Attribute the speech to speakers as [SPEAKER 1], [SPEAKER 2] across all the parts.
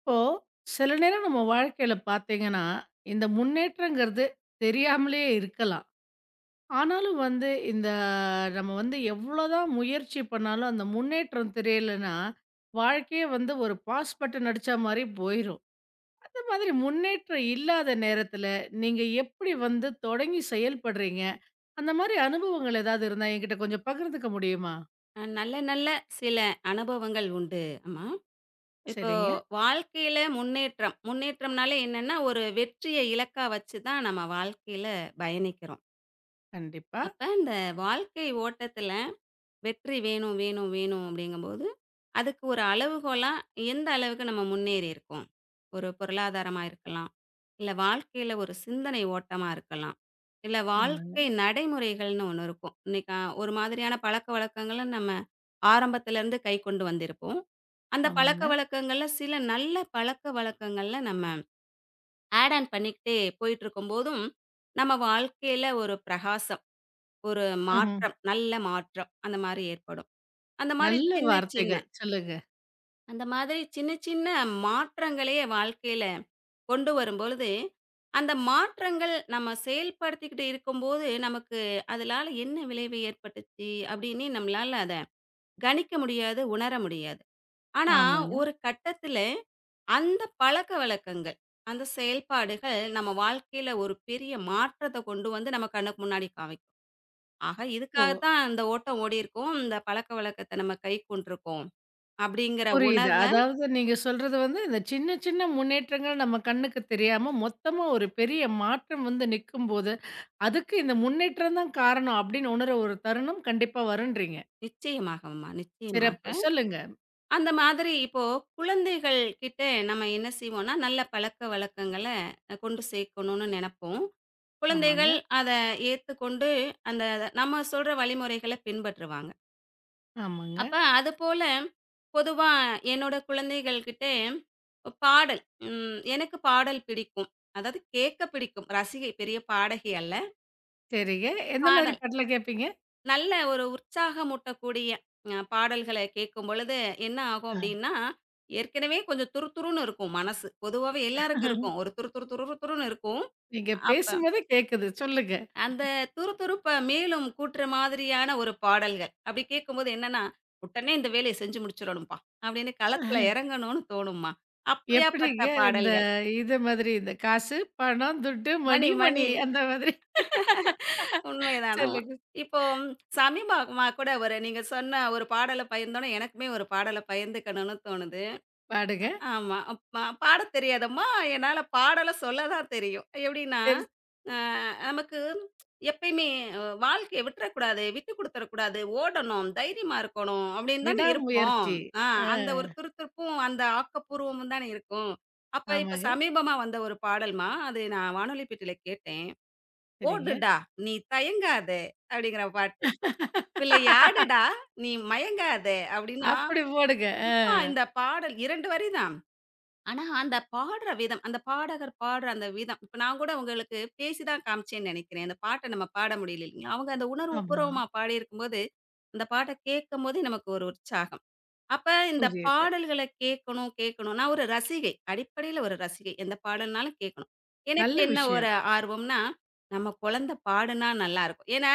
[SPEAKER 1] இப்போ சில நேரம் நம்ம வாழ்க்கையில பார்த்தீங்கன்னா, இந்த முன்னேற்றங்கிறது தெரியாமலே இருக்கலாம். ஆனாலும் வந்து இந்த நம்ம வந்து எவ்வளோதான் முயற்சி பண்ணாலும், அந்த முன்னேற்றம் தெரியலன்னா, வாழ்க்கையே வந்து ஒரு பாஸ் பட்டன் அடிச்சா மாரி போயிரும். அந்த மாதிரி முன்னேற்றம் இல்லாத நேரத்தில, நீங்க எப்படி வந்து தொடங்கி செயல்படுறீங்க? அந்த மாரி அனுபவங்கள் ஏதாவது இருந்தா என்கிட்ட கொஞ்சம் பகிர்ந்துக்க முடியுமா?
[SPEAKER 2] நல்ல, நல்ல சில அனுபவங்கள் உண்டு. ஆமா. இப்போ
[SPEAKER 1] சரிங்க.
[SPEAKER 2] வாழ்க்கையில முன்னேற்றம். முன்னேற்றம்னாலே என்னன்னா, ஒரு வெற்றிய இலக்கா வச்சு தான் நம்ம வாழ்க்கையில பயணிக்கிறோம்.
[SPEAKER 1] கண்டிப்பா.
[SPEAKER 2] அப்ப இந்த வாழ்க்கை ஓட்டத்துல வெற்றி வேணும், வேணும், வேணும் அப்படிங்கும்போது, அதுக்கு ஒரு அளவுகோலா எந்த அளவுக்கு நம்ம முன்னேறி இருக்கோம். ஒரு பொருளாதாரமா இருக்கலாம், இல்ல வாழ்க்கையில ஒரு சிந்தனை ஓட்டமா இருக்கலாம், இல்ல
[SPEAKER 1] ஆமாங்க,
[SPEAKER 2] வாழ்க்கை நடைமுறைகள்னு ஒண்ணு இருக்கும். இன்னைக்கு ஒரு மாதிரியான பழக்கவழக்கங்கள நம்ம ஆரம்பத்திலருந்து கைக்கொண்டு வந்திருப்போம். அந்த
[SPEAKER 1] ஆமாங்க.
[SPEAKER 2] பழக்கவழக்கங்கள்ல சில நல்ல பழக்கவழக்கங்கள்ல நம்ம ஆட் ஆன் பண்ணிக்கிட்டே போயிட்டுருக்கும்போதும், நம்ம வாழ்க்கையில ஒரு பிரகாசம், ஒரு
[SPEAKER 1] ம்ஹ்ம்.
[SPEAKER 2] மாற்றம், நல்ல மாற்றம் அந்த மாரி ஏற்படும். அந்த மாரி
[SPEAKER 1] நல்ல
[SPEAKER 2] சின்ன, சின்ன
[SPEAKER 1] வார்த்தைகள். சொல்லுங்க.
[SPEAKER 2] அந்த மாதிரி சின்ன, சின்ன மாற்றங்களே வாழ்க்கையில கொண்டு வரும்பொழுது, அந்த மாற்றங்கள் நம்ம செயல்படுத்திக்கிட்டு இருக்கும்போது, நமக்கு அதனால என்ன விளைவு ஏற்பட்டுச்சு அப்படின்னு நம்மளால அத கணிக்க முடியாது, உணர முடியாது. ஆனா,
[SPEAKER 1] ஆமாங்க.
[SPEAKER 2] ஒரு கட்டத்தில அந்த பழக்கவழக்கங்கள், அந்த செயல்பாடுகள் நம்ம வாழ்க்கையில ஒரு பெரிய மாற்றத்த கொண்டு வந்து நம்ம கண்ணுக்கு முன்னாடி காமிக்கும். ஆக
[SPEAKER 1] ஓ!
[SPEAKER 2] இதுக்காகத்தான் இந்த ஓட்டம் ஓடியிருக்கோம். இந்த பழக்கவழக்கத்த நம்ம கைக்கொண்டிருக்கோம். அப்படிங்கிற
[SPEAKER 1] புரியுது.
[SPEAKER 2] உணர்வ
[SPEAKER 1] அதாவது நீங்க சொல்றது வந்து, இந்த சின்ன சின்ன முன்னேற்றங்கள் நம்ம கண்ணுக்கு தெரியாம, மொத்தமா ஒரு பெரிய மாற்றம் வந்து நிக்கும்போது, அதுக்கு இந்த முன்னேற்றம் தான் காரணம் அப்படின்னு உணர ஒரு தருணம் கண்டிப்பா வரும்ன்றீங்க.
[SPEAKER 2] நிச்சயமாகம்மா,
[SPEAKER 1] சிறப்பு.
[SPEAKER 2] நிச்சயமாக.
[SPEAKER 1] சொல்லுங்க.
[SPEAKER 2] அந்த மாதிரி இப்போ குழந்தைகள் கிட்ட நம்ம என்ன செய்வோம்னா, நல்ல பழக்கவழக்கங்கள கொண்டு சேர்க்கணும்னு நெனப்போம்.
[SPEAKER 1] ஆமாங்க,
[SPEAKER 2] குழந்தைகள் அத ஏத்துக்கொண்டு, அந்த நம்ம சொல்ற வழிமுறைகள பின்பற்றுவாங்க.
[SPEAKER 1] ஆமாங்க.
[SPEAKER 2] அப்ப அதுபோல பொதுவா என்னோட குழந்தைகள் கிட்ட பாடல் எனக்கு பாடல் பிடிக்கும். அதாவது கேட்க பிடிக்கும். ரசிகை பெரிய பாடகி அல்ல.
[SPEAKER 1] சரிங்க. எந்த
[SPEAKER 2] பாட
[SPEAKER 1] மாதிரி பாட்டுல கேட்பீங்க?
[SPEAKER 2] நல்ல ஒரு உற்சாகமூட்டக்கூடிய பாடல்கள கேட்கும் பொழுது என்ன ஆகும் அப்படின்னா, ஏற்கனவே கொஞ்சம் துருதுருன்னு இருக்கும் மனசு. பொதுவாவே எல்லாருக்கும் இருக்கும். ஒரு துரு துரு துரு துருன்னு இருக்கும்.
[SPEAKER 1] நீங்க
[SPEAKER 2] அப்ப
[SPEAKER 1] பேசும்போதே கேட்குது. சொல்லுங்க.
[SPEAKER 2] அந்த துருதுருப்ப மேலும் கூட்டுற மாதிரியான ஒரு பாடல்கள். அப்படி கேட்கும்போது என்னன்னா, "உடனே இந்த வேலைய செஞ்சு முடிச்சுறணும்ப்பா" அப்படின்னு களத்துல இறங்கணும்னு தோணும்மா. அப்படியாப்பட்ட
[SPEAKER 1] எப்படிங்க இந்த
[SPEAKER 2] பாடல்கள்.
[SPEAKER 1] இது மாதிரி இந்த காசு, பணம், துட்டு,
[SPEAKER 2] மணி
[SPEAKER 1] மணி,
[SPEAKER 2] மணி
[SPEAKER 1] மணி அந்த மாதிரி
[SPEAKER 2] உண்மைதானம்மா.
[SPEAKER 1] சொல்லுங்க.
[SPEAKER 2] இப்போ சமீபமா கூட ஒரு நீங்க சொன்ன ஒரு பாடல பகிர்ந்தோனே எனக்குமே ஒரு பாடல பகிர்ந்துக்கணும்னு தோணுது.
[SPEAKER 1] பாடுங்க.
[SPEAKER 2] ஆமா. அப் ப பாடத் தெரியாதம்மா! என்னால பாடலாம் சொல்ல தான் தெரியும். எப்படின்னா,
[SPEAKER 1] சரி.
[SPEAKER 2] அ நமக்கு எப்பயுமே வாழ்க்கைய விட்டுறக்கூடாது, விட்டு குடுத்துறக்கூடாது, ஓடணும், தைரியமா இருக்கணும் அப்படின்னு தானே இருப்போம்.
[SPEAKER 1] விடாமுயற்சி.
[SPEAKER 2] ஆ
[SPEAKER 1] ஆ.
[SPEAKER 2] அந்த ஒரு துருதுருப்பும், அந்த ஆக்கப்பூர்வமும் தானே இருக்கும். அப்ப இப்ப
[SPEAKER 1] ஆமாங்க.
[SPEAKER 2] சமீபமா வந்த ஒரு பாடல்ம்மா, அது நான் வானொலி பெட்டியில கேட்டேன்.
[SPEAKER 1] சரிங்க.
[SPEAKER 2] "ஓடுடா நீ தயங்காதே" அப்படிங்கிற பாட்டு. "விளையாடுடா நீ மயங்காதே" அப்படின்னா,
[SPEAKER 1] அப்படி போடுங்க. ஆ.
[SPEAKER 2] சும்மா இந்த பாடல் 2 வரி தான். ஆனா, அந்த பாடுற விதம், அந்த பாடகர் பாடுற அந்த விதம், இப்ப நான் கூட உங்களுக்கு பேசி தான் காமிச்சேன்னு நெனைக்கிறேன். அந்த பாட்ட நம்ம பாட முடியல இல்லைங்களா? அவங்க அந்த
[SPEAKER 1] ஆமா.
[SPEAKER 2] உணர்வுபூர்வமா பாடியிருக்கும்போது, அந்த பாட்ட கேட்கும்போதே நமக்கு ஒரு உற்சாகம். அப்ப இந்த
[SPEAKER 1] புரியுது.
[SPEAKER 2] பாடல்கள கேட்கணும், கேட்கணும். நான் ஒரு ரசிகை. அடிப்படையில ஒரு ரசிகை. எந்த பாடல்னாலும் கேட்கணும். எனக்கு
[SPEAKER 1] நல்ல
[SPEAKER 2] என்ன ஒரு
[SPEAKER 1] விஷயம்.
[SPEAKER 2] ஆர்வம்னா, நம்ம குழந்தை பாடுனா நல்லாயிருக்கும். ஏன்னா,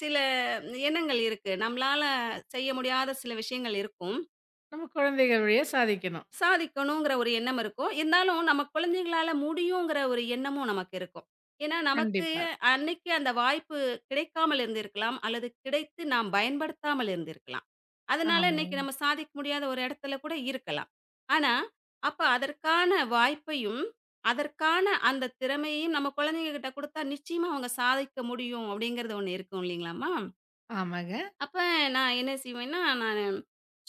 [SPEAKER 2] சில எண்ணங்கள் இருக்கு. நம்மளால செய்ய முடியாத சில விஷயங்கள் இருக்கும்.
[SPEAKER 1] நம்ம குழந்தைகள் வழியா சாதிக்கணும்.
[SPEAKER 2] சாதிக்கணுங்கிற ஒரு எண்ணம் இருக்கும். இருந்தாலும் நம்ம குழந்தைங்களால முடியுங்கிற ஒரு எண்ணமும் நமக்கு இருக்கும். ஏன்னா, நமக்கு
[SPEAKER 1] கண்டிப்பா.
[SPEAKER 2] அன்னைக்கு அந்த வாய்ப்பு கிடைக்காமல் இருந்திருக்கலாம். அல்லது கிடைத்து நாம் பயன்படுத்தாமல் இருந்திருக்கலாம். அதனால இன்னைக்கு
[SPEAKER 1] ஆமாங்க.
[SPEAKER 2] நம்ம சாதிக்க முடியாத ஒரு இடத்துல கூட இருக்கலாம். ஆனா, அப்ப அதற்கான வாய்ப்பையும், அதற்கான அந்த திறமையையும் நம்ம குழந்தைங்ககிட்ட குடுத்தா நிச்சயமா அவங்க சாதிக்க முடியும். அப்படிங்கிறது ஒண்ணு இருக்கும் இல்லைங்களாம்மா?
[SPEAKER 1] ஆமாங்க.
[SPEAKER 2] அப்ப நான் என்ன செய்வேன்னா, நானு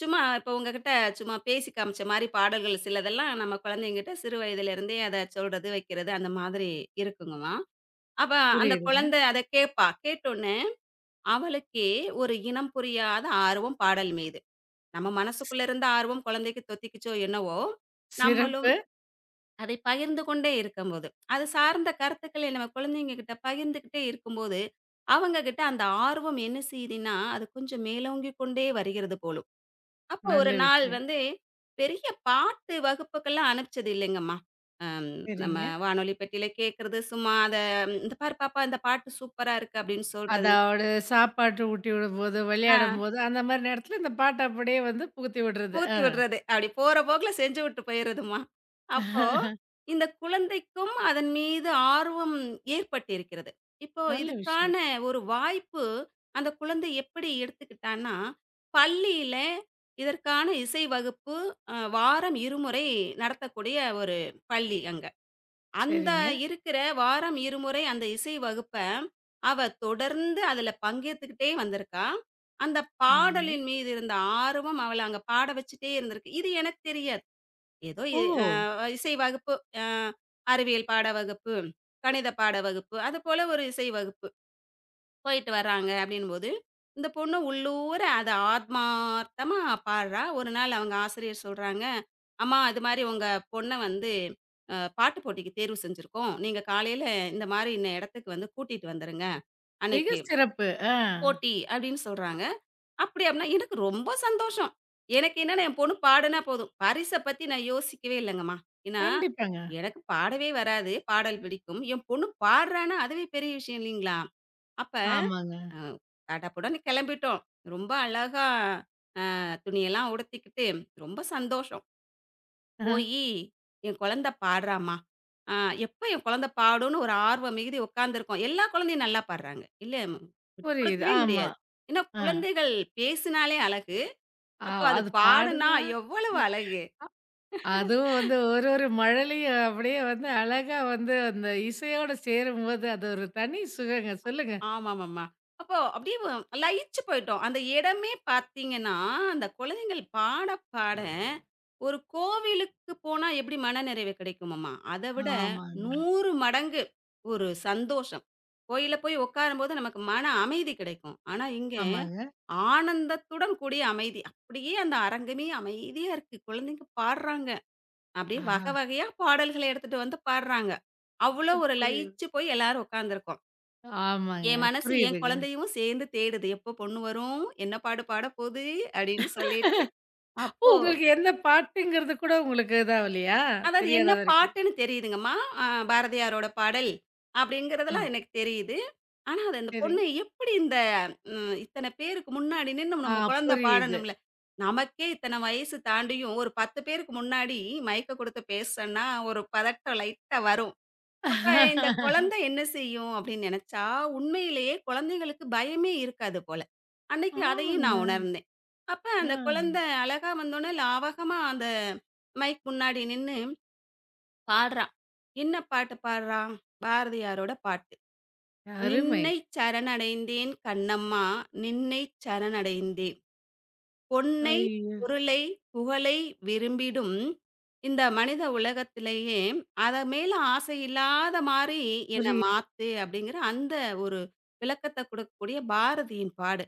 [SPEAKER 2] சும்மா இப்போ உங்ககிட்ட சும்மா பேசி காமிச்ச மாரி பாடல்கள் சிலதெல்லாம் நம்ம குழந்தைங்கிட்ட சிறு வயதிலிருந்தே அத சொல்றது, வைக்கிறது அந்த மாதிரி இருக்குங்களாம். அப்ப அந்த
[SPEAKER 1] புரியுதுங்க.
[SPEAKER 2] குழந்தை அத கேட்பா. கேட்டோனே அவளுக்கே ஒரு இனம் புரியாத ஆர்வம் பாடல் மீது. நம்ம மனசுக்குள்ள இருந்த ஆர்வம் குழந்தைக்கு தொத்திக்கிச்சோ என்னவோ! நம்மளும்
[SPEAKER 1] சிறப்பு.
[SPEAKER 2] அதை பகிர்ந்து கொண்டே இருக்கும்போது, அது சார்ந்த கருத்துக்களை நம்ம குழந்தைங்ககிட்ட பகிர்ந்துகிட்டே இருக்கும்போது, அவங்க கிட்ட அந்த ஆர்வம் என்ன செய்யுதுன்னா, அது கொஞ்சம் மேலோங்கிக் கொண்டே வருகிறது போலும். அப்போ ஒரு
[SPEAKER 1] நல்ல
[SPEAKER 2] நாள்
[SPEAKER 1] விஷயம்.
[SPEAKER 2] வந்து பெரிய பாட்டு வகுப்புக்கெல்லாம் அனுப்பிச்சது இல்லைங்கம்மா. அம் நம்ம
[SPEAKER 1] சரிங்க.
[SPEAKER 2] வானொலி பெட்டியில கேட்கறது சும்மா அத "இந்த பாரு பாப்பா இந்த பாட்டு சூப்பரா இருக்கு" அப்படின்னு சொல்றது.
[SPEAKER 1] அதோட சாப்பாட்டு ஊட்டி விடும்போது,
[SPEAKER 2] ஆ.
[SPEAKER 1] விளையாடும்போது, அந்த மாரி நேரத்துல இந்த பாட்ட அப்படியே வந்து புகுத்தி விடுறது. ஆ.
[SPEAKER 2] புகுத்தி விடுறது. அப்படி போற போக்குல செஞ்சு விட்டு போயிறதும்மா. அப்போ இந்த குழந்தைக்கும் அதன் மீது ஆர்வம் ஏற்பட்டிருக்கிறது. இப்போ
[SPEAKER 1] நல்ல
[SPEAKER 2] இதுக்கான
[SPEAKER 1] விஷயம்.
[SPEAKER 2] ஒரு வாய்ப்பு அந்த குழந்தை எப்படி எடுத்துக்கிட்டான்னா, பள்ளியில இதற்கான இசை வகுப்பு வாரம் இருமுறை நடத்தக்கூடிய ஒரு பள்ளி அங்க. அந்த
[SPEAKER 1] சரிங்க.
[SPEAKER 2] இருக்கிற வாரம் இருமுறை அந்த இசை வகுப்ப, அவ தொடர்ந்து அதுல பங்கேத்துக்கிட்டே வந்திருக்கா. அந்த
[SPEAKER 1] ஆமாங்க.
[SPEAKER 2] பாடலின் மீது இருந்த ஆர்வம் அவள அங்க பாட வச்சுட்டே இருந்திருக்கு. இது எனக்கு தெரியாது. ஏதோ இ அ
[SPEAKER 1] ஓ!
[SPEAKER 2] இசை வகுப்பு, அ அறிவியல் பாட வகுப்பு, கணித பாட வகுப்பு, அதுபோல ஒரு இசை வகுப்பு. போயிட்டு வராங்க அப்படின்னும்போது, இந்த பொண்ணு உள்ளூர அத ஆத்மார்த்தமா பாடுறா. ஒரு நாள் அவங்க ஆசிரியர் சொல்றாங்க, "அம்மா இது மாரி உங்க பொண்ண வந்து பாட்டு போட்டிக்கு தேர்வு செஞ்சிருக்கோம். நீங்க காலையில இந்த மாரி இந்த இடத்துக்கு வந்து கூட்டிட்டு வந்துருங்க.
[SPEAKER 1] மிக
[SPEAKER 2] அன்னைக்கு
[SPEAKER 1] சிறப்பு. ஆ.
[SPEAKER 2] போட்டி" அப்படின்னு சொல்றாங்க. அப்படி அப்படின்னா எனக்கு ரொம்ப சந்தோஷம். எனக்கு என்னன்னா என் பொண்ணு பாடுனா போதும். பரிச பத்தி நான் யோசிக்கவே இல்லங்கம்மா. ஏன்னா,
[SPEAKER 1] கண்டிப்பாங்க.
[SPEAKER 2] எனக்கு பாடவே வராது. பாடல் பிடிக்கும். என் பொண்ணு பாடுறான்னா அதுவே பெரிய விஷயம் இல்லைங்களா? அப்ப
[SPEAKER 1] ஆமாங்க.
[SPEAKER 2] அ டாடாபுடான்னு கெளம்பிட்டோம். ரொம்ப அழகா துணியெல்லாம் உடுத்திக்கிட்டு, ரொம்ப சந்தோஷம்.
[SPEAKER 1] ஆ.
[SPEAKER 2] போயி, என் குழந்த பாடுறாம்மா! அ எப்ப என் குழந்த பாடும்ன்னு ஒரு ஆர்வம் மிகுதி உட்காந்துருக்கோம். எல்லா குழந்தையும் நல்லா பாடுறாங்க. இல்ல விட்டுக்
[SPEAKER 1] புரியுது.
[SPEAKER 2] குடுக்கவே
[SPEAKER 1] ஆமா.
[SPEAKER 2] முடியாது. ஏன்னா,
[SPEAKER 1] ஆ.
[SPEAKER 2] குழந்தைகள் பேசினாலே அழகு.
[SPEAKER 1] ஆ
[SPEAKER 2] அப்போ அது
[SPEAKER 1] அது பாடு
[SPEAKER 2] பாடுனா எவ்வளவு அழகு!
[SPEAKER 1] அதுவும் வந்து ஒரு ஒரு மழலையும் அப்படியே வந்து அழகா வந்து அந்த இசையோட சேரும்போது, அது ஒரு தனி சுகங்க. சொல்லுங்க.
[SPEAKER 2] ஆமாமாமா. அப்போ அப்படியே லயிச்சு போயிட்டோம். அந்த இடமே பார்த்தீங்கன்னா, அந்த குழந்தைகள் பாட, பாட ஒரு கோவிலுக்கு போனா எப்படி மனநிறைவு கிடைக்குமாமா, அத விட
[SPEAKER 1] ஆமாங்க,
[SPEAKER 2] 100 மடங்கு ஒரு சந்தோஷம். கோயில்ல போய் உட்காரும்போது நமக்கு மன அமைதி கிடைக்கும். ஆனா இங்க
[SPEAKER 1] ஆமாங்க.
[SPEAKER 2] ஆனந்தத்துடன் கூடிய அமைதி. அப்படியே அந்த அரங்கமே அமைதியா இருக்கு. குழந்தைங்க பாடுறாங்க. அப்படியே
[SPEAKER 1] ஆஹா!
[SPEAKER 2] வகை வகையா பாடல்கள எடுத்துட்டு வந்து பாடுறாங்க. அவ்வளோ ஒரு
[SPEAKER 1] புரியுது.
[SPEAKER 2] லயிச்சு போய் எல்லாரும் உட்கார்ந்துருக்கோம்.
[SPEAKER 1] ஆமாங்க.
[SPEAKER 2] என் மனசு என்
[SPEAKER 1] புரியுதுங்க.
[SPEAKER 2] குழந்தையும் சேர்ந்து தேடுது. எப்போ பொண்ணு வரும்? என்ன பாட்டு பாட போது? அப்படின்னு சொல்லிட்டு.
[SPEAKER 1] ஓ!
[SPEAKER 2] அப்போ
[SPEAKER 1] உங்களுக்கு எந்த பாட்டுங்கிறது கூட உங்களுக்கு இதாவலையா?
[SPEAKER 2] அதாவது என்ன
[SPEAKER 1] தெரியாதது வரைக்கும்.
[SPEAKER 2] பாட்டுன்னு தெரியுதுங்கம்மா. அ பாரதியாரோட பாடல்
[SPEAKER 1] ஆ
[SPEAKER 2] அப்படிங்கிறதெல்லாம் எனக்கு தெரியுது. ஆனா, அது அந்த
[SPEAKER 1] சரி.
[SPEAKER 2] பொண்ணு எப்படி இந்த இத்தன பேருக்கு முன்னாடி நின்னு
[SPEAKER 1] ஆ
[SPEAKER 2] நம்ம குழந்தை
[SPEAKER 1] புரியுது.
[SPEAKER 2] பாடணும்ல. நமக்கே இத்தன வயசு தாண்டியும் ஒரு 10 பேருக்கு முன்னாடி மைக்க குடுத்து பேசன்னா ஒரு பதட்டம் லைட்டா வரும். அப்ப இந்த குழந்தை என்ன செய்யும் அப்படின்னு நினைச்சா, உண்மையிலேயே குழந்தைகளுக்கு பயமே இருக்காது போல. அன்னைக்கு அதையும் நான்
[SPEAKER 1] ஆமாங்க.
[SPEAKER 2] உணர்ந்தேன். அப்ப அந்த
[SPEAKER 1] ஆ
[SPEAKER 2] குழந்தை அழகா வந்தோனே லாவகமா அந்த மைக் முன்னாடி நின்னு பாடுறா. என்ன பாட்டு பாடுறா? பாரதியாரோட பாட்டு.
[SPEAKER 1] அருமை.
[SPEAKER 2] "நின்னை சரணடைந்தேன் கண்ணம்மா நின்னை சரணடைந்தேன்." பொன்னை,
[SPEAKER 1] ஐயோ!
[SPEAKER 2] பொருளை, புகழை விரும்பிடும் இந்த மனித உலகத்திலேயே, அத மேல ஆசை இல்லாத மாரி "என்ன
[SPEAKER 1] புரியுது.
[SPEAKER 2] மாத்து" அப்படிங்கிற அந்த ஒரு விளக்கத்த குடுக்கக்கூடிய பாரதியின் பாடு.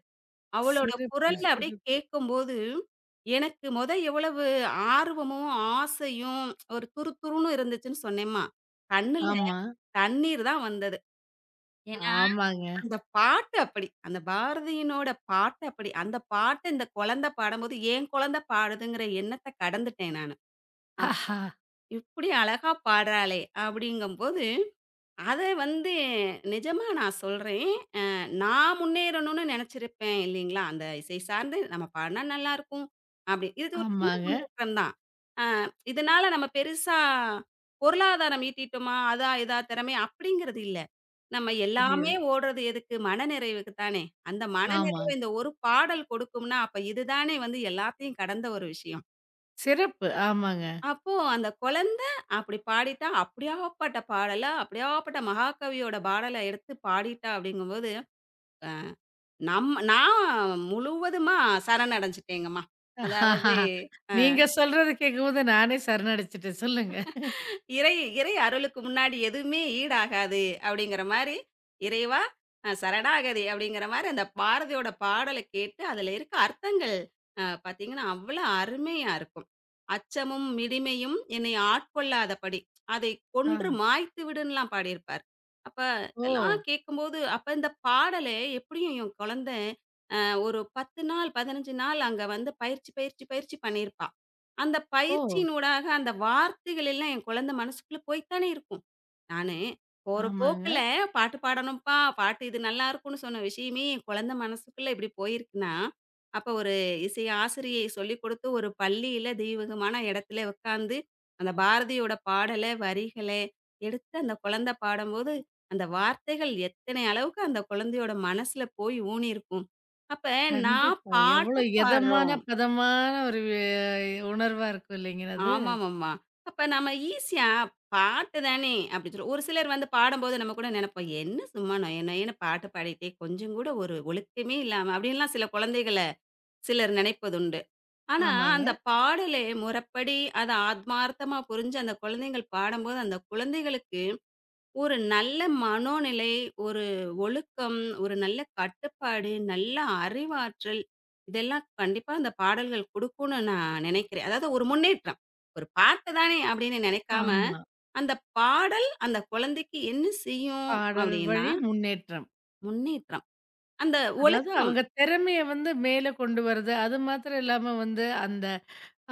[SPEAKER 2] அவளோட
[SPEAKER 1] சிறப்பு,
[SPEAKER 2] குரல்ல அப்படியே
[SPEAKER 1] சிறப்பு.
[SPEAKER 2] கேட்கும்போது, எனக்கு மொத எவ்வளவு ஆர்வமும், ஆசையும் ஒரு துருதுருன்னு இருந்துச்சுன்னு சொன்னேம்மா, கண்ணுல
[SPEAKER 1] ஆமா.
[SPEAKER 2] தண்ணீர் தான் வந்தது.
[SPEAKER 1] ஆமாங்க.
[SPEAKER 2] அந்த பாட்டு அப்படி. அந்த பாரதியினோட பாட்டு அப்படி. அந்த பாட்ட இந்த குழந்தை பாடம்போது, என் குழந்தை பாடுதுங்கிற எண்ணத்த கடந்துட்டேன் நானு.
[SPEAKER 1] ஆஹா!
[SPEAKER 2] "இப்படி அழகா பாடுறாளே!" அப்படிங்கும்போது அத வந்து நிஜமா நான் சொல்றேன். அ நான் முன்னேறணும்னு நெனச்சிருப்பேன் இல்லீங்களா? அந்த இசை சார்ந்து நம்ம பாடுனா நல்லாருக்கும். அப்படி இது ஒரு சின்ன
[SPEAKER 1] ஆமாங்க.
[SPEAKER 2] முன்னேற்றம் தான். அ இதனால நம்ம பெருசா பொருளாதாரம் ஈட்டிட்டோமா? அதா, இதா திறமை அப்படிங்கிறது இல்ல. நம்ம எல்லாமே
[SPEAKER 1] புரியுது.
[SPEAKER 2] ஓடுறது எதுக்கு? மனநிறைவுக்கு தானே! அந்த
[SPEAKER 1] ஆமா.
[SPEAKER 2] மனநிறைவு இந்த ஒரு பாடல் கொடுக்கும்னா, அப்ப இதுதானே வந்து எல்லாத்தையும் கடந்த ஒரு விஷயம்.
[SPEAKER 1] சிறப்பு. ஆமாங்க.
[SPEAKER 2] அப்போ அந்த குழந்தை அப்படி பாடிட்டா, அப்படியாப்பட்ட பாடல, அப்படியாப்பட்ட மகாகவியோட பாடல எடுத்து பாடிட்டா அப்படிங்கும்போது, அ நம்ம நான் முழுவதுமா சரணடைஞ்சுட்டேங்கம்மா. அதாவது
[SPEAKER 1] நீங்க சொல்றது கேட்கும்போது நானே சரணடைச்சுட்டேன். சொல்லுங்க.
[SPEAKER 2] இறை இறை அருளுக்கு முன்னாடி எதுவுமே ஈடாகாது அப்படிங்கிற மாரி, "இறைவா சரணாகதி" அப்படிங்கிற மாரி அந்த பாரதியோட பாடல கேட்டு, அதுல இருக்க அர்த்தங்கள் பார்த்தீங்கன்னா, அவ்வளோ அருமையா இருக்கும். "அச்சமும் மிடிமையும் என்னை ஆட்கொள்ளாதபடி, அதை
[SPEAKER 1] ஆ.
[SPEAKER 2] கொன்று மாய்த்து விடுன்லாம்" பாடியிருப்பார். அப்ப
[SPEAKER 1] ஓ!
[SPEAKER 2] இதெல்லாம் கேட்கும்போது, அப்ப இந்த பாடலே எப்படியும் என் குழந்த அ ஒரு 10 நாள், 15 நாள் அங்க வந்து பயிற்சி, பயிற்சி, பயிற்சி பண்ணியிருப்பா. அந்த
[SPEAKER 1] ஓ!
[SPEAKER 2] பயிற்சியினூடாக அந்த வார்த்தைகள் எல்லாம் என் குழந்தை மனசுக்குள்ள போய்த்தானே இருக்கும். நானு போற போக்குல
[SPEAKER 1] ஆமாங்க.
[SPEAKER 2] பாட்டு பாடணும்ப்பா, பாட்டு இது நல்லாருக்கும்ன்னு சொன்ன விஷயமே என் குழந்தை மனசுக்குள்ள இப்படி போயிருக்குன்னா, அப்ப ஒரு இசை ஆசிரியை சொல்லிக் கொடுத்து ஒரு பள்ளியில தெய்வீகமான இடத்துல உட்கார்ந்து, அந்த பாரதியோட பாடல, வரிகள எடுத்து அந்த குழந்தை பாடம்போது, அந்த வார்த்தைகள் எத்தனை அளவுக்கு அந்த குழந்தையோட மனசுல போய் ஊனியிருக்கும். அப்ப நான்
[SPEAKER 1] கண்டிப்பா.
[SPEAKER 2] பாட்டு
[SPEAKER 1] எவ்வளோ எதமான,
[SPEAKER 2] பாடுறோம்.
[SPEAKER 1] பதமான ஒரு உணர்வா இருக்கும் இல்லைங்களா அது?
[SPEAKER 2] ஆமாமாம்மா. அப்ப நம்ம ஈஸியா பாட்டு தானே அப்படின்னு சொல்லி ஒரு சிலர் வந்து பாடும்போது நம்ம கூட நினைப்போம். என்ன சும்மா நொய நொயன்னு பாட்டு பாடிட்டே கொஞ்சம் கூட ஒரு ஒழுக்கமே இல்லாம அப்படின்லாம் சில குழந்தைகள சிலர் நினைப்பதுண்டு. ஆனா
[SPEAKER 1] ஆமாங்க.
[SPEAKER 2] அந்த பாடலே முறைப்படி அத ஆத்மார்த்தமா புரிஞ்சு அந்த குழந்தைகள் பாடும்போது அந்த குழந்தைகளுக்கு ஒரு நல்ல மனோநிலை, ஒரு ஒழுக்கம், ஒரு நல்ல கட்டுப்பாடு, நல்ல அறிவாற்றல், இதெல்லாம் கண்டிப்பா அந்த பாடல்கள் குடுக்கும்னு நான் நினைக்கிறேன். அதாவது ஒரு முன்னேற்றம். ஒரு பாட்டு தானே அப்படின்னு நினைக்காம,
[SPEAKER 1] ஆமா.
[SPEAKER 2] அந்த பாடல் அந்த குழந்தைக்கு என்ன செய்யும்
[SPEAKER 1] பாடல்
[SPEAKER 2] அப்படின்னா,
[SPEAKER 1] வழி முன்னேற்றம்.
[SPEAKER 2] முன்னேற்றம். அந்த
[SPEAKER 1] அதாவது
[SPEAKER 2] ஒழுக்கம்.
[SPEAKER 1] அவங்க திறமைய வந்து மேல கொண்டு வரது. அது மாத்திரம் இல்லாம வந்து அந்த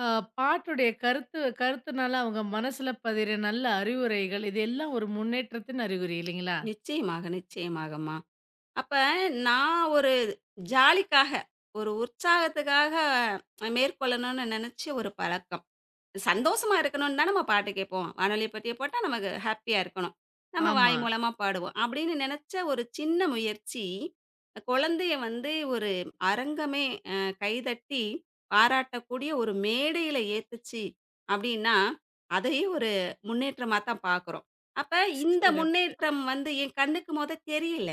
[SPEAKER 1] அ பாட்டுடைய கருத்து கருத்துனால அவங்க மனசுல பதிற நல்ல அறிவுரைகள், இது எல்லாம் ஒரு முன்னேற்றத்தின் அறிகுறி இல்லைங்களா?
[SPEAKER 2] நிச்சயமாக, நிச்சயமாகம்மா. அப்ப நான் ஒரு ஜாலிக்காக, ஒரு உற்சாகத்துக்காக மேற்கொள்ளணும்னு நினைச்ச ஒரு பழக்கம். சந்தோஷமா இருக்கணும்னு தான் நம்ம பாட்டு கேட்போம். வானொலி பெட்டிய போட்டா நமக்கு ஹேப்பியா இருக்கணும். நம்ம
[SPEAKER 1] ஆமா.
[SPEAKER 2] வாய் மூலமா பாடுவோம். அப்படின்னு நினைச்ச ஒரு சின்ன முயற்சி, குழந்தைய வந்து ஒரு அரங்கமே அ கைதட்டி பாராட்டக்கூடிய ஒரு மேடையில ஏத்துச்சு அப்படின்னா, அதையே ஒரு முன்னேற்றமா தான் பார்க்குறோம். அப்ப இந்த
[SPEAKER 1] சிறப்பு.
[SPEAKER 2] முன்னேற்றம் வந்து என் கண்ணுக்கு மொத தெரியல.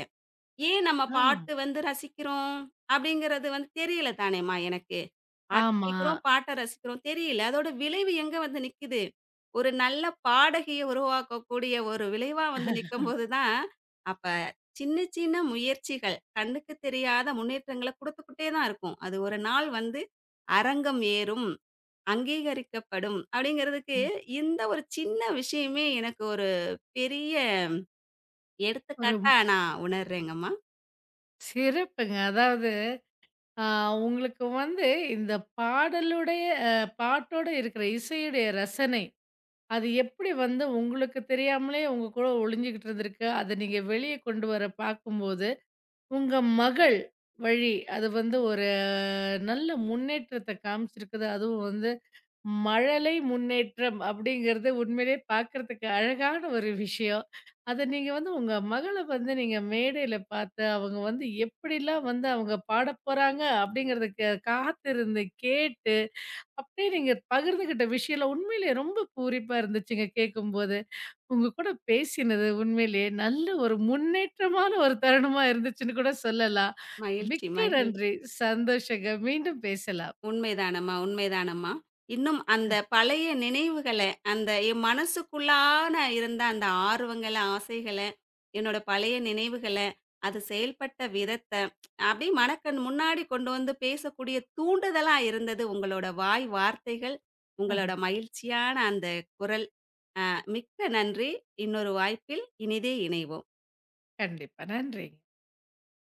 [SPEAKER 2] ஏன் நம்ம
[SPEAKER 1] ஆ.
[SPEAKER 2] பாட்டு வந்து ரசிக்கிறோம் அப்படிங்கிறது வந்து தெரியல தானேம்மா எனக்கு. பாட்டு
[SPEAKER 1] ஆமா.
[SPEAKER 2] கேட்கிறோம், பாட்ட ரசிக்கிறோம் தெரியல. அதோட விளைவு எங்க வந்து நிக்குது? ஒரு நல்ல பாடகிய உருவாக்கக்கூடிய ஒரு விளைவா வந்து நிக்கும்போது தான், அப்ப சின்ன சின்ன முயற்சிகள், கண்ணுக்கு தெரியாத முன்னேற்றங்கள குடுத்துக்கிட்டே தான் இருக்கும். அது ஒரு நாள் வந்து அரங்கம் ஏறும், அங்கீகரிக்கப்படும் அப்படிங்கிறதுக்கு
[SPEAKER 1] ம்.
[SPEAKER 2] இந்த ஒரு சின்ன விஷயமே எனக்கு ஒரு பெரிய
[SPEAKER 1] ஒரு
[SPEAKER 2] எடுத்துக்காட்டா நான் உணர்றேங்கம்மா.
[SPEAKER 1] சிறப்புங்க. அதாவது அ உங்களுக்கு வந்து இந்த பாடலுடைய அ பாட்டோட இருக்கிற இசையுடைய ரசனை, அது எப்படி வந்து உங்களுக்கு தெரியாமலே உங்க கூட ஒளிஞ்சுகிட்டு இருந்திருக்கு. அத நீங்க வெளிய கொண்டு வர பார்க்கும்போது, உங்க மகள் வழி அது வந்து ஒரு நல்ல முன்னேற்றத்த காமிச்சிருக்குது. அதுவும் வந்து மழலை முன்னேற்றம் அப்படிங்கிறது உண்மையிலே பார்க்கறதுக்கு அழகான ஒரு விஷயம். அத நீங்க வந்து உங்க மகள வந்து நீங்க மேடையில பார்த்து, அவங்க வந்து எப்படிலாம் வந்து அவங்க பாடப்போறாங்க அப்படிங்கிறதுக்கு காத்திருந்து கேட்டு, அப்படியே நீங்க பகிர்ந்துகிட்ட விஷயம்லாம் உண்மையிலேயே ரொம்ப பூரிப்பா இருந்துச்சுங்க கேட்கும்போது. உங்க கூட பேசினது உண்மையிலேயே நல்ல ஒரு முன்னேற்றமான ஒரு தருணமா இருந்துச்சுன்னு கூட சொல்லலாம்.
[SPEAKER 2] மகிழ்ச்சி
[SPEAKER 1] மிக்க
[SPEAKER 2] மகிழ்ச்சி.
[SPEAKER 1] நன்றி. சந்தோஷங்க. மீண்டும் பேசலாம்.
[SPEAKER 2] உண்மைதானம்மா, உண்மைதானம்மா. இன்னும் அந்த பழைய நினைவுகள, அந்த என் மனசுக்குள்ளான இருந்த அந்த ஆர்வங்கள, ஆசைகள, என்னோட பழைய நினைவுகள, அது செயல்பட்ட விதத்த, அப்படியே மனக்கண் முன்னாடி கொண்டு வந்து பேசக்கூடிய தூண்டுதலா இருந்தது உங்களோட வாய் வார்த்தைகள், உங்களோட
[SPEAKER 1] அஹ்,
[SPEAKER 2] மகிழ்ச்சியான அந்த குரல். மிக்க நன்றி. இன்னொரு வாய்ப்பில் இனிதே இணைவோம்.
[SPEAKER 1] கண்டிப்பா. நன்றிங்க.